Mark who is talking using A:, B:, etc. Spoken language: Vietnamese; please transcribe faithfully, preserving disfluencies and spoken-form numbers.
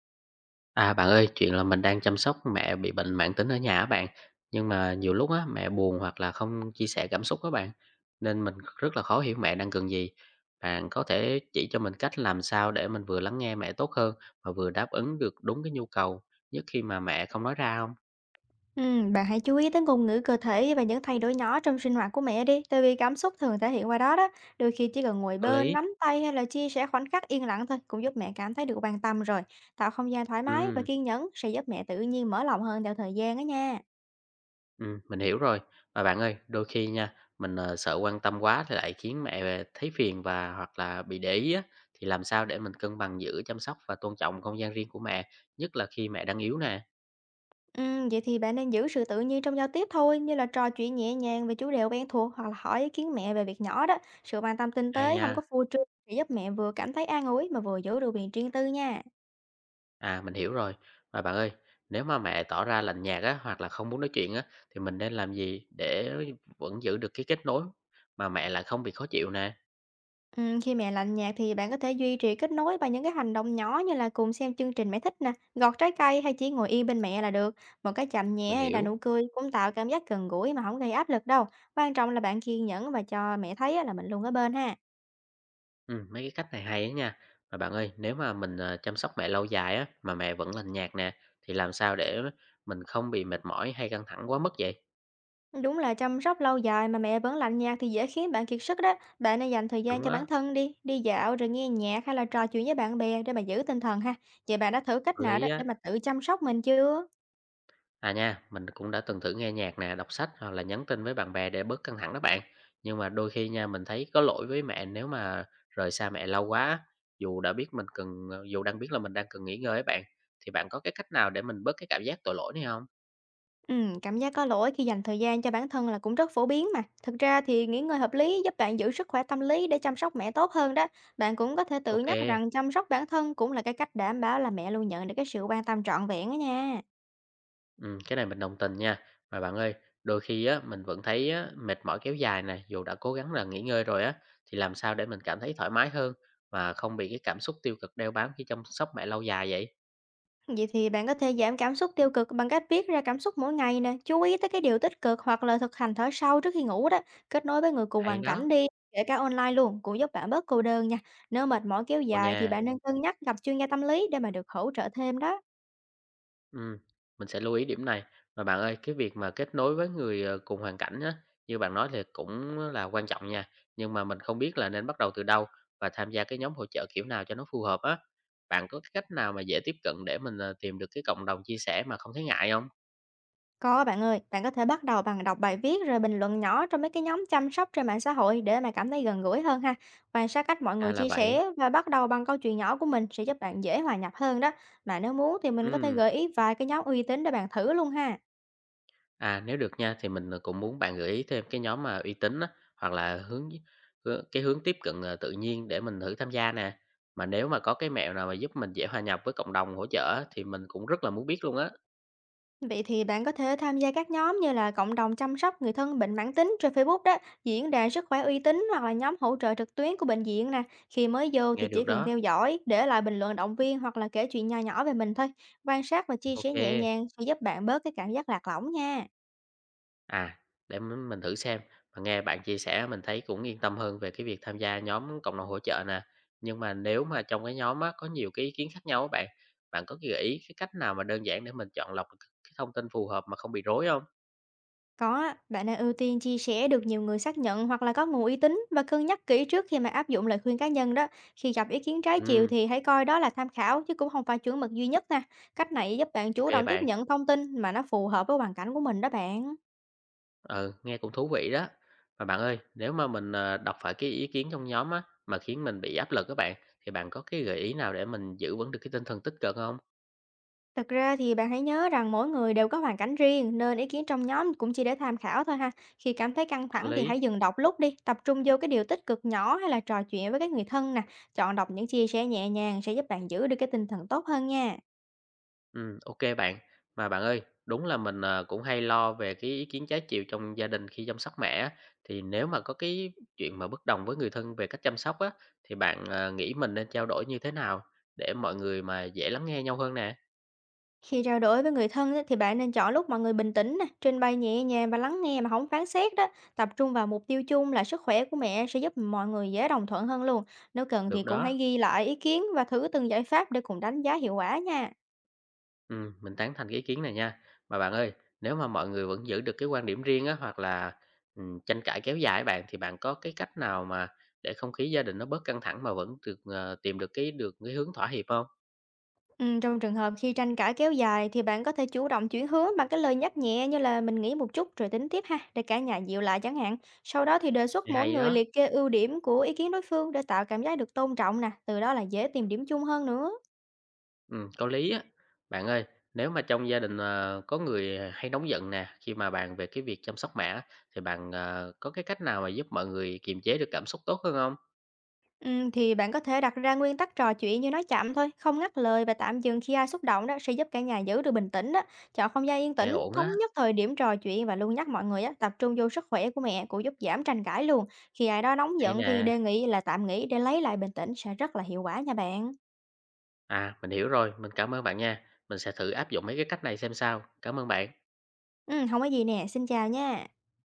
A: À, bạn ơi, chuyện là mình đang chăm sóc mẹ bị bệnh mãn tính ở nhà á bạn, nhưng mà nhiều lúc á mẹ buồn hoặc là không chia sẻ cảm xúc á bạn, nên mình rất là khó hiểu mẹ đang cần gì. Bạn có thể chỉ cho mình cách làm sao để mình vừa lắng nghe mẹ tốt hơn mà vừa đáp ứng được đúng cái nhu cầu, nhất khi mà mẹ không nói ra không?
B: Ừm, bạn hãy chú ý tới ngôn ngữ cơ thể và những thay đổi nhỏ trong sinh hoạt của mẹ đi, tại vì cảm xúc thường thể hiện qua đó đó. Đôi khi chỉ cần ngồi
A: Có
B: bên,
A: lý.
B: nắm tay hay là chia sẻ khoảnh khắc yên lặng thôi cũng giúp mẹ cảm thấy được quan tâm rồi. Tạo không gian thoải mái và
A: Ừ.
B: kiên nhẫn sẽ giúp mẹ tự nhiên mở lòng hơn theo thời gian đó nha.
A: Ừm, mình hiểu rồi. Mà bạn ơi, đôi khi nha, mình, ờ, sợ quan tâm quá thì lại khiến mẹ về thấy phiền và hoặc là bị để ý á, thì làm sao để mình cân bằng giữa chăm sóc và tôn trọng không gian riêng của mẹ, nhất là khi mẹ đang yếu nè?
B: Ừm, vậy thì bạn nên giữ sự tự nhiên trong giao tiếp thôi, như là trò chuyện nhẹ nhàng về chủ đề quen thuộc hoặc là hỏi ý kiến mẹ về việc nhỏ đó. Sự quan tâm tinh
A: Hay
B: tế
A: nha.
B: không có phô trương sẽ giúp mẹ vừa cảm thấy an ủi mà vừa giữ được quyền riêng tư nha.
A: À, mình hiểu rồi. Mà bạn ơi, nếu mà mẹ tỏ ra lạnh nhạt á, hoặc là không muốn nói chuyện á, thì mình nên làm gì để vẫn giữ được cái kết nối mà mẹ lại không bị khó chịu nè?
B: Ừm, khi mà lạnh nhạt thì bạn có thể duy trì kết nối bằng những cái hành động nhỏ như là cùng xem chương trình mẹ thích nè, gọt trái cây hay chỉ ngồi yên bên mẹ là được. Một cái chạm nhẹ
A: Mình
B: hay là
A: hiểu.
B: nụ cười cũng tạo cảm giác gần gũi mà không gây áp lực đâu. Quan trọng là bạn kiên nhẫn và cho mẹ thấy á là mình luôn ở bên ha.
A: Ừm, mấy cái cách này hay á nha. Mà bạn ơi, nếu mà mình, ờ, chăm sóc mẹ lâu dài á, mà mẹ vẫn lành nhạt nè, thì làm sao để mình không bị mệt mỏi hay căng thẳng quá mức vậy?
B: Đúng là chăm sóc lâu dài mà mẹ vẫn lạnh nhạt thì dễ khiến bạn kiệt sức đó. Bạn nên dành thời gian
A: Đúng
B: cho bản
A: á,
B: thân đi, đi dạo rồi nghe nhạc hay là trò chuyện với bạn bè để mà giữ tinh thần ha. Vậy bạn đã thử cách
A: có
B: nào
A: lý
B: đó
A: á.
B: để mà tự chăm sóc mình chưa?
A: À nha, mình cũng đã từng thử nghe nhạc nè, đọc sách hoặc là nhắn tin với bạn bè để bớt căng thẳng đó bạn. Nhưng mà đôi khi nha, mình thấy có lỗi với mẹ nếu mà rời xa mẹ lâu quá á, dù đã biết mình cần ờ, dù đang biết là mình đang cần nghỉ ngơi ấy bạn. Thì bạn có cái cách nào để mình bớt cái cảm giác tội lỗi này không?
B: Ừm, cảm giác có lỗi khi dành thời gian cho bản thân là cũng rất phổ biến mà. Thực ra thì nghỉ ngơi hợp lý giúp bạn giữ sức khỏe tâm lý để chăm sóc mẹ tốt hơn đó. Bạn cũng có thể tự nhắc
A: OK.
B: rằng chăm sóc bản thân cũng là cái cách đảm bảo là mẹ luôn nhận được cái sự quan tâm trọn vẹn đó nha.
A: Ừm, cái này mình đồng tình nha. Mà bạn ơi, đôi khi á mình vẫn thấy á mệt mỏi kéo dài này, dù đã cố gắng là nghỉ ngơi rồi á, thì làm sao để mình cảm thấy thoải mái hơn và không bị cái cảm xúc tiêu cực đeo bám khi chăm sóc mẹ lâu dài vậy?
B: Vậy thì bạn có thể giảm cảm xúc tiêu cực bằng cách viết ra cảm xúc mỗi ngày nè, chú ý tới cái điều tích cực hoặc là thực hành thở sâu trước khi ngủ đó, kết nối với người cùng
A: Hay
B: hoàn cảnh
A: đó,
B: đi, kể cả online luôn, cũng giúp bạn bớt cô đơn nha. Nếu mệt mỏi kéo
A: ồ
B: dài thì
A: nhà,
B: bạn nên cân nhắc gặp chuyên gia tâm lý để mà được hỗ trợ thêm đó.
A: ừm, mình sẽ lưu ý điểm này. Mà bạn ơi, cái việc mà kết nối với người, ờ, cùng hoàn cảnh á, như bạn nói thì cũng là quan trọng nha, nhưng mà mình không biết là nên bắt đầu từ đâu và tham gia cái nhóm hỗ trợ kiểu nào cho nó phù hợp á. Bạn có cái cách nào mà dễ tiếp cận để mình, ờ, tìm được cái cộng đồng chia sẻ mà không thấy ngại không?
B: Có bạn ơi, bạn có thể bắt đầu bằng đọc bài viết rồi bình luận nhỏ trong mấy cái nhóm chăm sóc trên mạng xã hội để mà cảm thấy gần gũi hơn ha. Quan sát cách mọi
A: À,
B: người
A: là
B: chia
A: vậy.
B: sẻ và bắt đầu bằng câu chuyện nhỏ của mình sẽ giúp bạn dễ hòa nhập hơn đó. Mà nếu muốn thì mình có thể
A: Ừm,
B: gợi ý vài cái nhóm uy tín để bạn thử luôn ha.
A: à, nếu được nha thì mình, ờ, cũng muốn bạn gợi ý thêm cái nhóm mà uy tín á, hoặc là hướng hướng cái hướng tiếp cận, ờ, tự nhiên để mình thử tham gia nè. Mà nếu mà có cái mẹo nào mà giúp mình dễ hòa nhập với cộng đồng hỗ trợ á, thì mình cũng rất là muốn biết luôn á.
B: Vậy thì bạn có thể tham gia các nhóm như là cộng đồng chăm sóc người thân bệnh mãn tính trên Facebook đó, diễn đàn sức khỏe uy tín hoặc là nhóm hỗ trợ trực tuyến của bệnh viện nè. Khi mới vô
A: Nghe
B: thì chỉ
A: được
B: cần
A: đó,
B: theo dõi, để lại bình luận động viên hoặc là kể chuyện nho nhỏ về mình thôi. Quan sát và chia sẻ nhẹ
A: ok.
B: nhàng sẽ giúp bạn bớt cái cảm giác lạc lõng nha.
A: À, để m mình thử xem, mà nghe bạn chia sẻ mình thấy cũng yên tâm hơn về cái việc tham gia nhóm cộng đồng hỗ trợ nè. Nhưng mà nếu mà trong cái nhóm á, có nhiều cái ý kiến khác nhau á bạn, bạn có gợi ý cái cách nào mà đơn giản để mình chọn lọc được cái thông tin phù hợp mà không bị rối không?
B: Có á, bạn nên ưu tiên chia sẻ được nhiều người xác nhận hoặc là có nguồn uy tín và cân nhắc kỹ trước khi mà áp dụng lời khuyên cá nhân đó. Khi gặp ý kiến trái chiều
A: Ừ,
B: thì hãy coi đó là tham khảo chứ cũng không phải chuẩn mực duy nhất nè. Cách này giúp bạn
A: ok
B: chủ động tiếp
A: bạn,
B: nhận thông tin mà nó phù hợp với hoàn cảnh của mình đó bạn.
A: ừ, nghe cũng thú vị đó. Mà bạn ơi, nếu mà mình, ờ, đọc phải cái ý kiến trong nhóm á, mà khiến mình bị áp lực các bạn, thì bạn có cái gợi ý nào để mình giữ vững được cái tinh thần tích cực không?
B: Thật ra thì bạn hãy nhớ rằng mỗi người đều có hoàn cảnh riêng nên ý kiến trong nhóm cũng chỉ để tham khảo thôi ha. Khi cảm thấy căng
A: Có
B: thẳng thì
A: lý,
B: hãy dừng đọc lúc đi, tập trung vô cái điều tích cực nhỏ hay là trò chuyện với các người thân nè. Chọn đọc những chia sẻ nhẹ nhàng sẽ giúp bạn giữ được cái tinh thần tốt hơn nha.
A: ừ, ok bạn. Mà bạn ơi, đúng là mình, ờ, cũng hay lo về cái ý kiến trái chiều trong gia đình khi chăm sóc mẹ á, thì nếu mà có cái chuyện mà bất đồng với người thân về cách chăm sóc á, thì bạn, ờ, nghĩ mình nên trao đổi như thế nào để mọi người mà dễ lắng nghe nhau hơn nè?
B: Khi trao đổi với người thân á, thì bạn nên chọn lúc mọi người bình tĩnh nè, trình bày nhẹ nhàng và lắng nghe mà không phán xét đó. Tập trung vào mục tiêu chung là sức khỏe của mẹ sẽ giúp mọi người dễ đồng thuận hơn luôn. Nếu cần
A: Được
B: thì cũng
A: đó.
B: hãy ghi lại ý kiến và thử từng giải pháp để cùng đánh giá hiệu quả nha.
A: Ừm, mình tán thành cái ý kiến này nha. Mà bạn ơi, nếu mà mọi người vẫn giữ được cái quan điểm riêng á, hoặc là, ừm, tranh cãi kéo dài bạn, thì bạn có cái cách nào mà để không khí gia đình nó bớt căng thẳng mà vẫn được, ờ, tìm được cái được cái hướng thỏa hiệp không?
B: Ừ, trong trường hợp khi tranh cãi kéo dài thì bạn có thể chủ động chuyển hướng bằng cái lời nhắc nhẹ như là mình nghĩ một chút rồi tính tiếp ha để cả nhà dịu lại chẳng hạn. Sau đó thì đề xuất
A: Thì
B: mỗi
A: hay
B: người
A: đó,
B: liệt kê ưu điểm của ý kiến đối phương để tạo cảm giác được tôn trọng nè, từ đó là dễ tìm điểm chung hơn nữa.
A: ừm, có lý á. Bạn ơi, nếu mà trong gia đình, ờ, có người ờ, hay nóng giận nè, khi mà bàn về cái việc chăm sóc mẹ á, thì bạn, ờ, có cái cách nào mà giúp mọi người kiềm chế được cảm xúc tốt hơn không?
B: Ừm, thì bạn có thể đặt ra nguyên tắc trò chuyện như nói chậm thôi, không ngắt lời và tạm dừng khi ai xúc động đó sẽ giúp cả nhà giữ được bình tĩnh đó. Chọn không gian yên
A: Nghe
B: tĩnh,
A: ổn
B: thống
A: á,
B: nhất thời điểm trò chuyện và luôn nhắc mọi người á, tập trung vô sức khỏe của mẹ cũng giúp giảm tranh cãi luôn. Khi ai đó nóng
A: hay
B: giận thì
A: nè.
B: đề nghị là tạm nghỉ để lấy lại bình tĩnh sẽ rất là hiệu quả nha bạn.
A: À, mình hiểu rồi, mình cảm ơn bạn nha. Mình sẽ thử áp dụng mấy cái cách này xem sao. Cảm ơn bạn.
B: Ừ, không có gì nè, xin chào nha.